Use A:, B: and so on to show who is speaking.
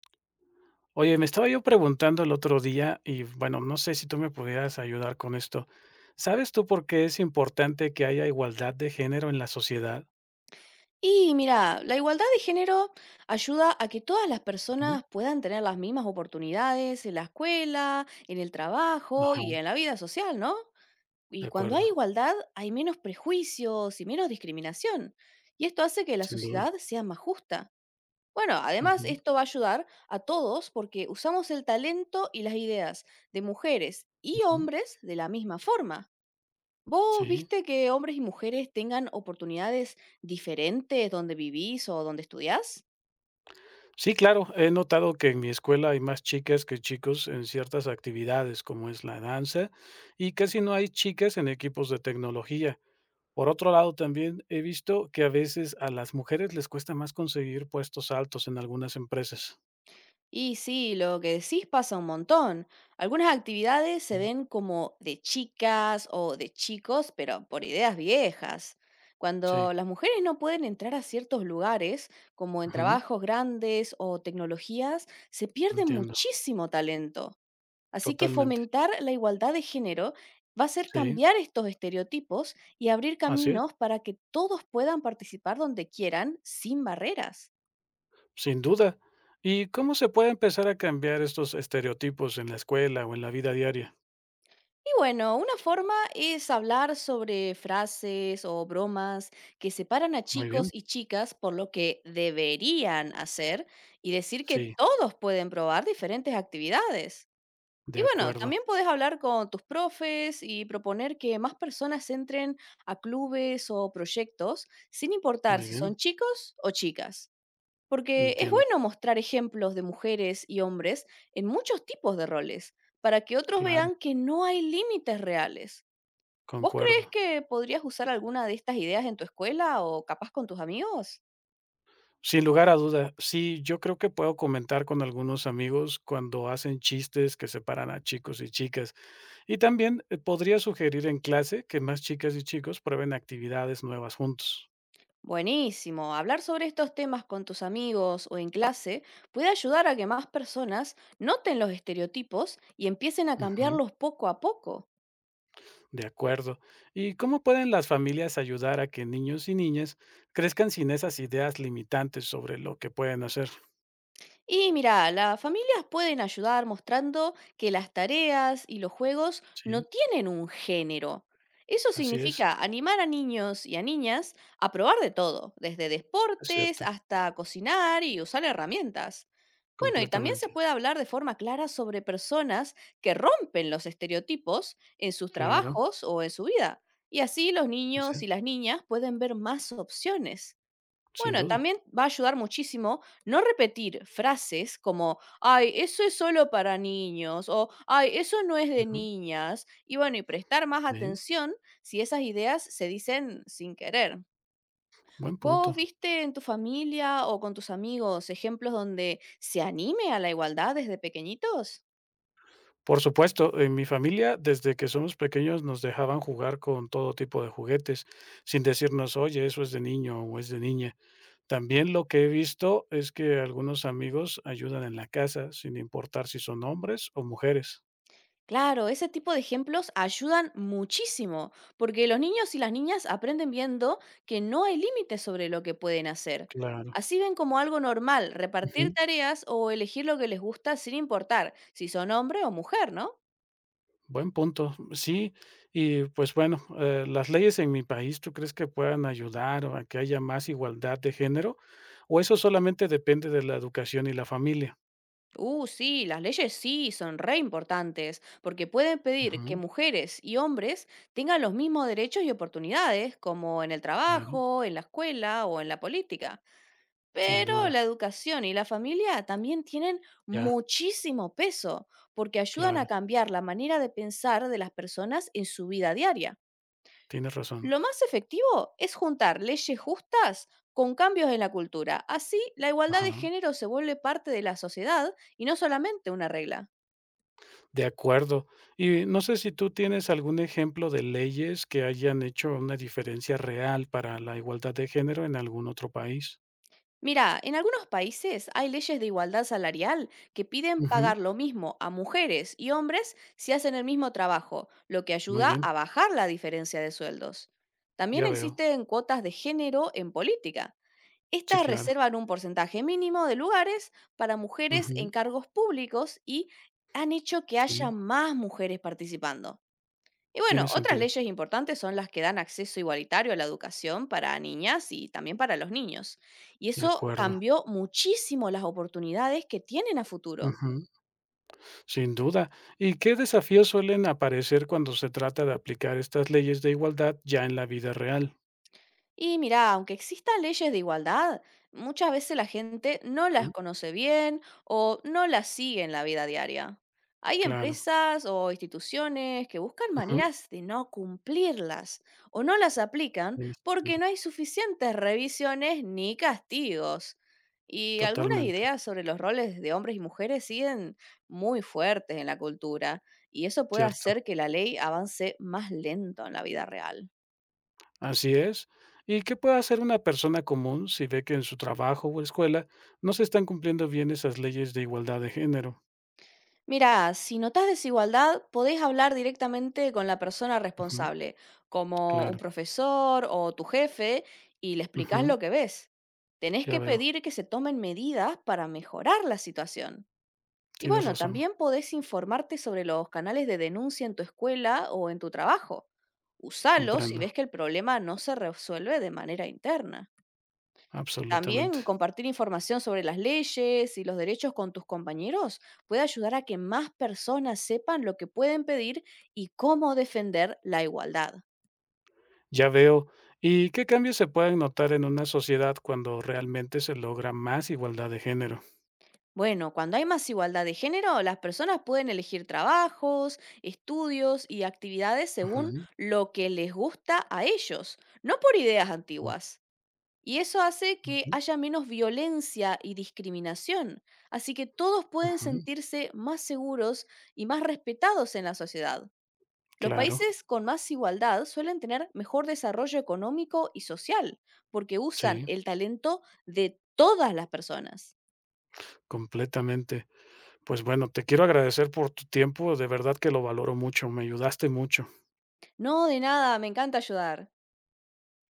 A: Oye, me estaba yo preguntando el otro día y bueno, no sé si tú me pudieras ayudar con esto. ¿Sabes tú por qué es importante que haya igualdad de género en la sociedad?
B: Y mira, la igualdad de género ayuda a que todas las
A: Ujú.
B: personas puedan tener las mismas oportunidades en la escuela, en el trabajo
A: Ajá,
B: y en la vida social, ¿no? Y
A: de
B: cuando hay
A: acuerdo,
B: igualdad hay menos prejuicios y menos discriminación. Y esto hace que la
A: sin duda.
B: sociedad sea más justa. Bueno, además
A: Ujú,
B: esto va a ayudar a todos porque usamos el talento y las ideas de mujeres y
A: ujú,
B: hombres de la misma forma. ¿Vos
A: sí.
B: viste que hombres y mujeres tengan oportunidades diferentes donde vivís o donde estudiás?
A: Sí, claro, he notado que en mi escuela hay más chicas que chicos en ciertas actividades, como es la danza, y casi no hay chicas en equipos de tecnología. Por otro lado, también he visto que a veces a las mujeres les cuesta más conseguir puestos altos en algunas empresas.
B: Y sí, lo que decís pasa un montón. Algunas actividades se ven como de chicas o de chicos, pero por ideas viejas.
A: Sí,
B: Cuando las mujeres no pueden entrar a ciertos lugares, como en
A: ujú,
B: trabajos grandes o tecnologías, se pierde
A: entiendo,
B: muchísimo talento. Así que
A: totalmente.
B: fomentar la igualdad de género va a ser
A: Sí,
B: cambiar estos estereotipos y abrir
A: así es,
B: caminos para que todos puedan participar donde quieran sin barreras.
A: sin duda. ¿Y cómo se puede empezar a cambiar estos estereotipos en la escuela o en la vida diaria?
B: Y bueno, una forma es hablar sobre frases o bromas que separan a
A: Muy bien,
B: chicos y chicas por lo que deberían hacer y decir que
A: sí,
B: todos pueden probar diferentes actividades.
A: de
B: Y bueno,
A: acuerdo,
B: también podés hablar con tus profes y proponer que más personas entren a clubes o proyectos, sin importar
A: muy
B: si
A: bien,
B: son chicos o chicas. Porque es
A: entiendo,
B: bueno mostrar ejemplos de mujeres y hombres en muchos tipos de roles, para que otros
A: claro,
B: vean que no hay límites reales. ¿Vos crees
A: concuerdo.
B: que podrías usar alguna de estas ideas en tu escuela o capaz con tus amigos?
A: Sin lugar a duda, sí, yo creo que puedo comentar con algunos amigos cuando hacen chistes que separan a chicos y chicas. Y también podría sugerir en clase que más chicas y chicos prueben actividades nuevas juntos.
B: Buenísimo. Hablar sobre estos temas con tus amigos o en clase puede ayudar a que más personas noten los estereotipos y empiecen a cambiarlos poco a poco.
A: De acuerdo. ¿Y cómo pueden las familias ayudar a que niños y niñas crezcan sin esas ideas limitantes sobre lo que pueden hacer?
B: Y mira, las familias pueden ayudar mostrando que las tareas y los juegos no
A: Sí,
B: tienen un género. Eso
A: así
B: significa animar a niños y a niñas a probar de todo, desde
A: es
B: deportes
A: cierto,
B: hasta cocinar y usar herramientas. Bueno, y también se
A: completamente.
B: puede hablar de forma clara sobre personas que rompen los estereotipos en sus
A: Claro,
B: trabajos o en su vida. Y así los
A: así
B: niños
A: es,
B: y las niñas pueden ver más opciones.
A: sin
B: Bueno,
A: duda.
B: también va a ayudar muchísimo no repetir frases como, ay, eso es solo para niños o, ay, eso no es de
A: Ujú,
B: niñas. Y bueno, y prestar más
A: sí,
B: atención si esas ideas se dicen sin querer.
A: buen
B: ¿Vos
A: punto.
B: viste en tu familia o con tus amigos ejemplos donde se anime a la igualdad desde pequeñitos?
A: Por supuesto, en mi familia, desde que somos pequeños, nos dejaban jugar con todo tipo de juguetes, sin decirnos, oye, eso es de niño o es de niña. También lo que he visto es que algunos amigos ayudan en la casa, sin importar si son hombres o mujeres.
B: Claro, ese tipo de ejemplos ayudan muchísimo, porque los niños y las niñas aprenden viendo que no hay límites sobre lo que pueden hacer.
A: Claro,
B: Así ven como algo normal repartir
A: ujú,
B: tareas o elegir lo que les gusta sin importar si son hombre o mujer, ¿no?
A: buen punto, sí, y pues bueno, las leyes en mi país, ¿tú crees que puedan ayudar o a que haya más igualdad de género? ¿O eso solamente depende de la educación y la familia?
B: Sí, las leyes sí son re importantes, porque pueden pedir que
A: Ujú,
B: mujeres y hombres tengan los mismos derechos y oportunidades, como en el
A: claro,
B: trabajo, en la escuela o en la política.
A: sin
B: Pero
A: duda,
B: la educación y la familia también tienen
A: ya,
B: muchísimo peso porque ayudan
A: claro,
B: a cambiar la manera de pensar de las personas en su vida diaria.
A: tienes razón,
B: Lo más efectivo es juntar leyes justas con cambios en la cultura. Así, la igualdad de
A: ajá,
B: género se vuelve parte de la sociedad y no solamente una regla.
A: de acuerdo. Y no sé si tú tienes algún ejemplo de leyes que hayan hecho una diferencia real para la igualdad de género en algún otro país.
B: Mira, en algunos países hay leyes de igualdad salarial que piden
A: Ujú,
B: pagar lo mismo a mujeres y hombres si hacen el mismo trabajo, lo que
A: muy
B: ayuda
A: bien,
B: a bajar la diferencia de sueldos. También
A: ya veo,
B: existen cuotas de género en política.
A: sí,
B: Estas
A: claro,
B: reservan un porcentaje mínimo de lugares para mujeres
A: ujú,
B: en cargos públicos y han hecho que
A: sí.
B: haya más mujeres participando. Y
A: Tiene
B: bueno, otras
A: sentido,
B: leyes importantes son las que dan acceso igualitario a la educación para niñas y también para los niños. Y
A: de
B: eso
A: acuerdo.
B: cambió muchísimo las oportunidades que tienen a futuro.
A: Ujú, sin duda. ¿Y qué desafíos suelen aparecer cuando se trata de aplicar estas leyes de igualdad ya en la vida real?
B: Y mira, aunque existan leyes de igualdad, muchas veces la gente no
A: Ujú,
B: las conoce bien o no las sigue en la vida diaria. Hay
A: claro.
B: empresas o instituciones que buscan
A: Ujú,
B: maneras de no cumplirlas o no las aplican
A: tiene
B: porque
A: sentido.
B: no hay suficientes revisiones ni castigos. Y algunas
A: Totalmente,
B: ideas sobre los roles de hombres y mujeres siguen muy fuertes en la cultura, y eso puede
A: cierto.
B: hacer que la ley avance más lento en la vida real.
A: Así es. ¿Y qué puede hacer una persona común si ve que en su trabajo o escuela no se están cumpliendo bien esas leyes de igualdad de género?
B: Mira, si notas desigualdad, podés hablar directamente con la persona
A: Ujú,
B: responsable, como un
A: claro.
B: profesor o tu jefe, y le explicás
A: Ujú,
B: lo que ves. Tenés
A: ya
B: que
A: veo.
B: pedir que se tomen medidas para mejorar la situación. Y
A: Tienes
B: bueno,
A: razón.
B: también podés informarte sobre los canales de denuncia en tu escuela o en tu trabajo. Usalos si
A: Comprendo.
B: ves que el problema no se resuelve de manera interna.
A: Absolutamente.
B: También compartir información sobre las leyes y los derechos con tus compañeros puede ayudar a que más personas sepan lo que pueden pedir y cómo defender la igualdad.
A: Ya veo. ¿Y qué cambios se pueden notar en una sociedad cuando realmente se logra más igualdad de género?
B: Bueno, cuando hay más igualdad de género, las personas pueden elegir trabajos, estudios y actividades según
A: Ujú,
B: lo que les gusta a ellos, no por ideas
A: mm,
B: antiguas. Y eso hace que haya menos violencia y discriminación, así que todos pueden
A: ujú,
B: sentirse más seguros y más respetados en la sociedad. Los
A: claro,
B: países con más igualdad suelen tener mejor desarrollo económico y social, porque usan
A: sí,
B: el talento de todas las personas.
A: completamente. Pues bueno, te quiero agradecer por tu tiempo, de verdad que lo valoro mucho, me ayudaste mucho.
B: No, de nada, me encanta ayudar.